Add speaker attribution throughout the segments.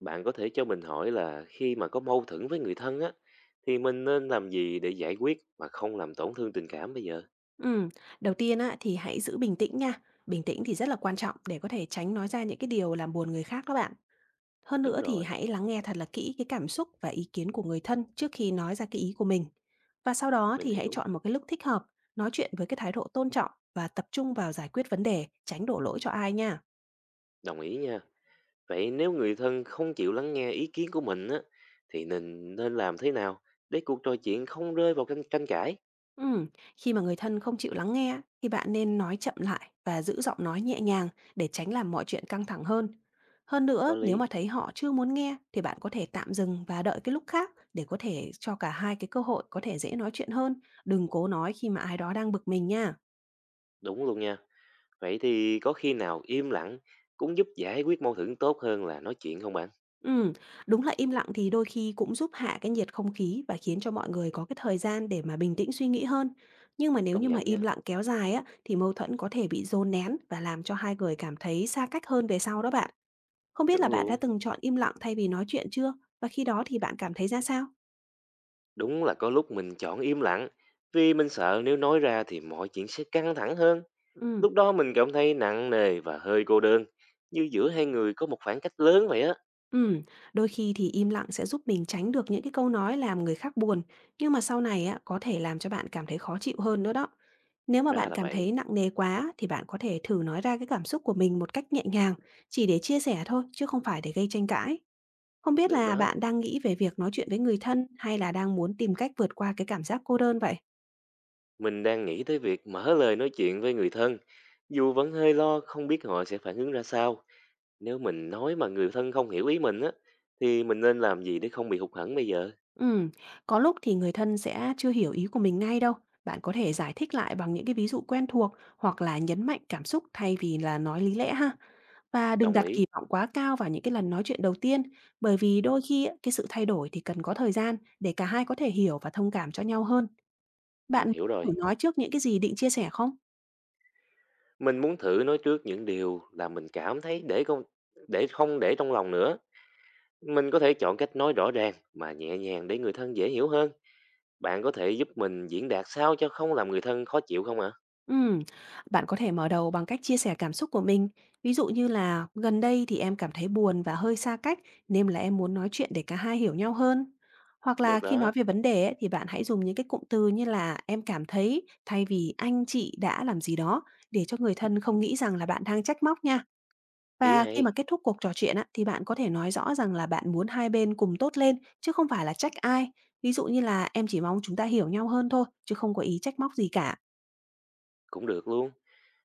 Speaker 1: Bạn có thể cho mình hỏi là khi mà có mâu thuẫn với người thân á, thì mình nên làm gì để giải quyết mà không làm tổn thương tình cảm bây giờ?
Speaker 2: Ừm, đầu tiên á, thì hãy giữ bình tĩnh nha. Bình tĩnh thì rất là quan trọng để có thể tránh nói ra những cái điều làm buồn người khác đó bạn. Hơn
Speaker 1: Đúng
Speaker 2: nữa thì
Speaker 1: rồi,
Speaker 2: hãy lắng nghe thật là kỹ cái cảm xúc và ý kiến của người thân trước khi nói ra cái ý của mình. Và sau đó
Speaker 1: mình
Speaker 2: thì hãy
Speaker 1: hiểu,
Speaker 2: chọn một cái lúc thích hợp, nói chuyện với cái thái độ tôn trọng và tập trung vào giải quyết vấn đề, tránh đổ lỗi cho ai nha.
Speaker 1: đồng ý nha. Vậy nếu người thân không chịu lắng nghe ý kiến của mình á, thì nên nên làm thế nào để cuộc trò chuyện không rơi vào tranh tranh cãi?
Speaker 2: Ừm, khi mà người thân không chịu lắng nghe thì bạn nên nói chậm lại và giữ giọng nói nhẹ nhàng để tránh làm mọi chuyện căng thẳng hơn. Hơn
Speaker 1: Có
Speaker 2: nữa, nếu
Speaker 1: lý,
Speaker 2: mà thấy họ chưa muốn nghe thì bạn có thể tạm dừng và đợi cái lúc khác để có thể cho cả hai cái cơ hội có thể dễ nói chuyện hơn. Đừng cố nói khi mà ai đó đang bực mình nha.
Speaker 1: đúng luôn nha. Vậy thì có khi nào im lặng cũng giúp giải quyết mâu thuẫn tốt hơn là nói chuyện không bạn?
Speaker 2: Ừm, đúng là im lặng thì đôi khi cũng giúp hạ cái nhiệt không khí và khiến cho mọi người có cái thời gian để mà bình tĩnh suy nghĩ hơn. Nhưng mà nếu
Speaker 1: Công
Speaker 2: như mà
Speaker 1: nhận
Speaker 2: im
Speaker 1: nha,
Speaker 2: lặng kéo dài á, thì mâu thuẫn có thể bị dồn nén và làm cho hai người cảm thấy xa cách hơn về sau đó bạn. Không biết là
Speaker 1: chuẩn
Speaker 2: bạn đã
Speaker 1: luôn.
Speaker 2: từng chọn im lặng thay vì nói chuyện chưa? Và khi đó thì bạn cảm thấy ra sao?
Speaker 1: Đúng là có lúc mình chọn im lặng, vì mình sợ nếu nói ra thì mọi chuyện sẽ căng thẳng hơn.
Speaker 2: Ừm.
Speaker 1: Lúc đó mình cảm thấy nặng nề và hơi cô đơn, như giữa hai người có một khoảng cách lớn vậy á.
Speaker 2: Ừm, đôi khi thì im lặng sẽ giúp mình tránh được những cái câu nói làm người khác buồn, nhưng mà sau này á, có thể làm cho bạn cảm thấy khó chịu hơn nữa đó. Nếu mà
Speaker 1: Ra
Speaker 2: bạn
Speaker 1: là
Speaker 2: cảm
Speaker 1: vậy,
Speaker 2: thấy nặng nề quá thì bạn có thể thử nói ra cái cảm xúc của mình một cách nhẹ nhàng, chỉ để chia sẻ thôi chứ không phải để gây tranh cãi. Không biết
Speaker 1: được
Speaker 2: là
Speaker 1: đó.
Speaker 2: bạn đang nghĩ về việc nói chuyện với người thân hay là đang muốn tìm cách vượt qua cái cảm giác cô đơn vậy?
Speaker 1: Mình đang nghĩ tới việc mở lời nói chuyện với người thân, dù vẫn hơi lo không biết họ sẽ phản ứng ra sao. Nếu mình nói mà người thân không hiểu ý mình á, thì mình nên làm gì để không bị hụt hẫng bây giờ?
Speaker 2: Ừm, có lúc thì người thân sẽ chưa hiểu ý của mình ngay đâu. Bạn có thể giải thích lại bằng những cái ví dụ quen thuộc hoặc là nhấn mạnh cảm xúc thay vì là nói lý lẽ ha. Và đừng
Speaker 1: Đồng
Speaker 2: đặt
Speaker 1: ý,
Speaker 2: kỳ vọng quá cao vào những cái lần nói chuyện đầu tiên, bởi vì đôi khi á, cái sự thay đổi thì cần có thời gian để cả hai có thể hiểu và thông cảm cho nhau hơn. Bạn
Speaker 1: mình hiểu rồi.
Speaker 2: muốn thử nói trước những cái gì định chia sẻ không?
Speaker 1: Mình muốn thử nói trước những điều là mình cảm thấy để không để trong lòng nữa. Mình có thể chọn cách nói rõ ràng mà nhẹ nhàng để người thân dễ hiểu hơn. Bạn có thể giúp mình diễn đạt sao cho không làm người thân khó chịu không ạ?
Speaker 2: Ừm, bạn có thể mở đầu bằng cách chia sẻ cảm xúc của mình. Ví dụ như là gần đây thì em cảm thấy buồn và hơi xa cách nên là em muốn nói chuyện để cả hai hiểu nhau hơn. Hoặc là
Speaker 1: Được
Speaker 2: khi nói
Speaker 1: đó,
Speaker 2: về vấn đề ấy, thì bạn hãy dùng những cái cụm từ như là em cảm thấy thay vì anh chị đã làm gì đó để cho người thân không nghĩ rằng là bạn đang trách móc nha.
Speaker 1: ý
Speaker 2: Và
Speaker 1: hay,
Speaker 2: khi mà kết thúc cuộc trò chuyện á, thì bạn có thể nói rõ rằng là bạn muốn hai bên cùng tốt lên chứ không phải là trách ai. Ví dụ như là em chỉ mong chúng ta hiểu nhau hơn thôi chứ không có ý trách móc gì cả.
Speaker 1: cũng được luôn.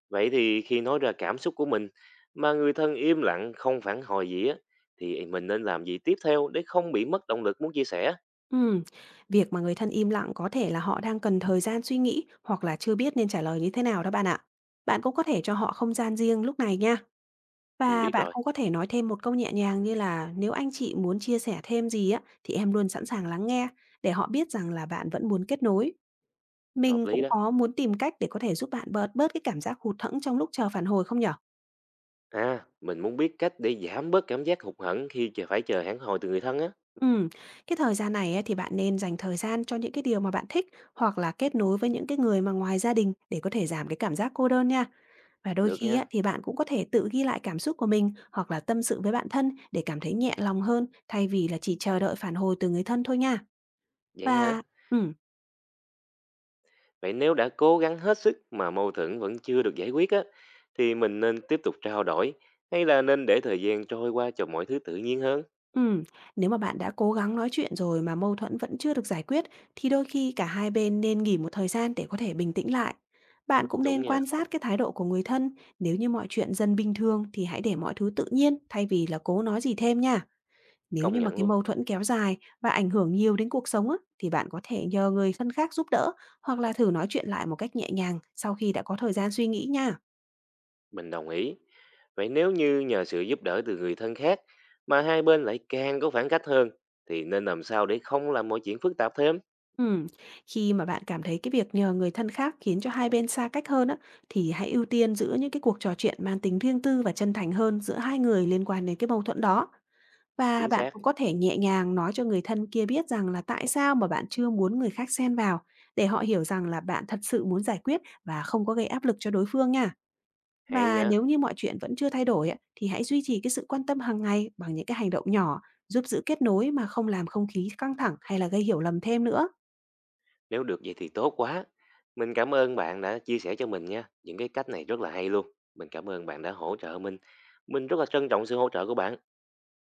Speaker 1: Vậy thì khi nói ra cảm xúc của mình mà người thân im lặng không phản hồi gì á thì mình nên làm gì tiếp theo để không bị mất động lực muốn chia sẻ?
Speaker 2: Ừm, việc mà người thân im lặng có thể là họ đang cần thời gian suy nghĩ hoặc là chưa biết nên trả lời như thế nào đó bạn ạ. Bạn cũng có thể cho họ không gian riêng lúc này nha.
Speaker 1: Mình
Speaker 2: Và
Speaker 1: biết
Speaker 2: bạn
Speaker 1: rồi,
Speaker 2: cũng có thể nói thêm một câu nhẹ nhàng như là nếu anh chị muốn chia sẻ thêm gì á thì em luôn sẵn sàng lắng nghe để họ biết rằng là bạn vẫn muốn kết nối.
Speaker 1: hợp
Speaker 2: Mình
Speaker 1: lý
Speaker 2: cũng
Speaker 1: đó.
Speaker 2: có muốn tìm cách để có thể giúp bạn bớt bớt cái cảm giác hụt hẫng trong lúc chờ phản hồi không nhở?
Speaker 1: À, mình muốn biết cách để giảm bớt cảm giác hụt hẫng khi chờ phản hồi từ người thân á.
Speaker 2: Ừm, cái thời gian này á, thì bạn nên dành thời gian cho những cái điều mà bạn thích hoặc là kết nối với những cái người mà ngoài gia đình để có thể giảm cái cảm giác cô đơn nha. Và đôi
Speaker 1: Được
Speaker 2: khi á,
Speaker 1: nha.
Speaker 2: thì bạn cũng có thể tự ghi lại cảm xúc của mình hoặc là tâm sự với bạn thân để cảm thấy nhẹ lòng hơn thay vì là chỉ chờ đợi phản hồi từ người thân thôi nha.
Speaker 1: Vậy hả?
Speaker 2: Và ừm,
Speaker 1: Vậy nếu đã cố gắng hết sức mà mâu thuẫn vẫn chưa được giải quyết á, thì mình nên tiếp tục trao đổi hay là nên để thời gian trôi qua cho mọi thứ tự nhiên hơn?
Speaker 2: Ừm, nếu mà bạn đã cố gắng nói chuyện rồi mà mâu thuẫn vẫn chưa được giải quyết thì đôi khi cả hai bên nên nghỉ một thời gian để có thể bình tĩnh lại. Bạn cũng
Speaker 1: Đúng
Speaker 2: nên quan
Speaker 1: nha,
Speaker 2: sát cái thái độ của người thân, nếu như mọi chuyện dần bình thường thì hãy để mọi thứ tự nhiên thay vì là cố nói gì thêm nha. Nếu
Speaker 1: công
Speaker 2: như mà
Speaker 1: nhận
Speaker 2: cái
Speaker 1: luôn,
Speaker 2: mâu thuẫn kéo dài và ảnh hưởng nhiều đến cuộc sống á, thì bạn có thể nhờ người thân khác giúp đỡ hoặc là thử nói chuyện lại một cách nhẹ nhàng sau khi đã có thời gian suy nghĩ nha.
Speaker 1: mình đồng ý. Vậy nếu như nhờ sự giúp đỡ từ người thân khác mà hai bên lại càng có khoảng cách hơn thì nên làm sao để không làm mọi chuyện phức tạp thêm?
Speaker 2: Ừm, khi mà bạn cảm thấy cái việc nhờ người thân khác khiến cho hai bên xa cách hơn á, thì hãy ưu tiên giữ những cái cuộc trò chuyện mang tính riêng tư và chân thành hơn giữa hai người liên quan đến cái mâu thuẫn đó. Và
Speaker 1: Chính
Speaker 2: bạn
Speaker 1: xác,
Speaker 2: cũng có thể nhẹ nhàng nói cho người thân kia biết rằng là tại sao mà bạn chưa muốn người khác xen vào để họ hiểu rằng là bạn thật sự muốn giải quyết và không có gây áp lực cho đối phương nha.
Speaker 1: hay
Speaker 2: Và nếu
Speaker 1: nha.
Speaker 2: như mọi chuyện vẫn chưa thay đổi á, thì hãy duy trì cái sự quan tâm hàng ngày bằng những cái hành động nhỏ giúp giữ kết nối mà không làm không khí căng thẳng hay là gây hiểu lầm thêm nữa.
Speaker 1: Nếu được vậy thì tốt quá. Mình cảm ơn bạn đã chia sẻ cho mình nha. Những cái cách này rất là hay luôn. Mình cảm ơn bạn đã hỗ trợ mình. Mình rất là trân trọng sự hỗ trợ của bạn.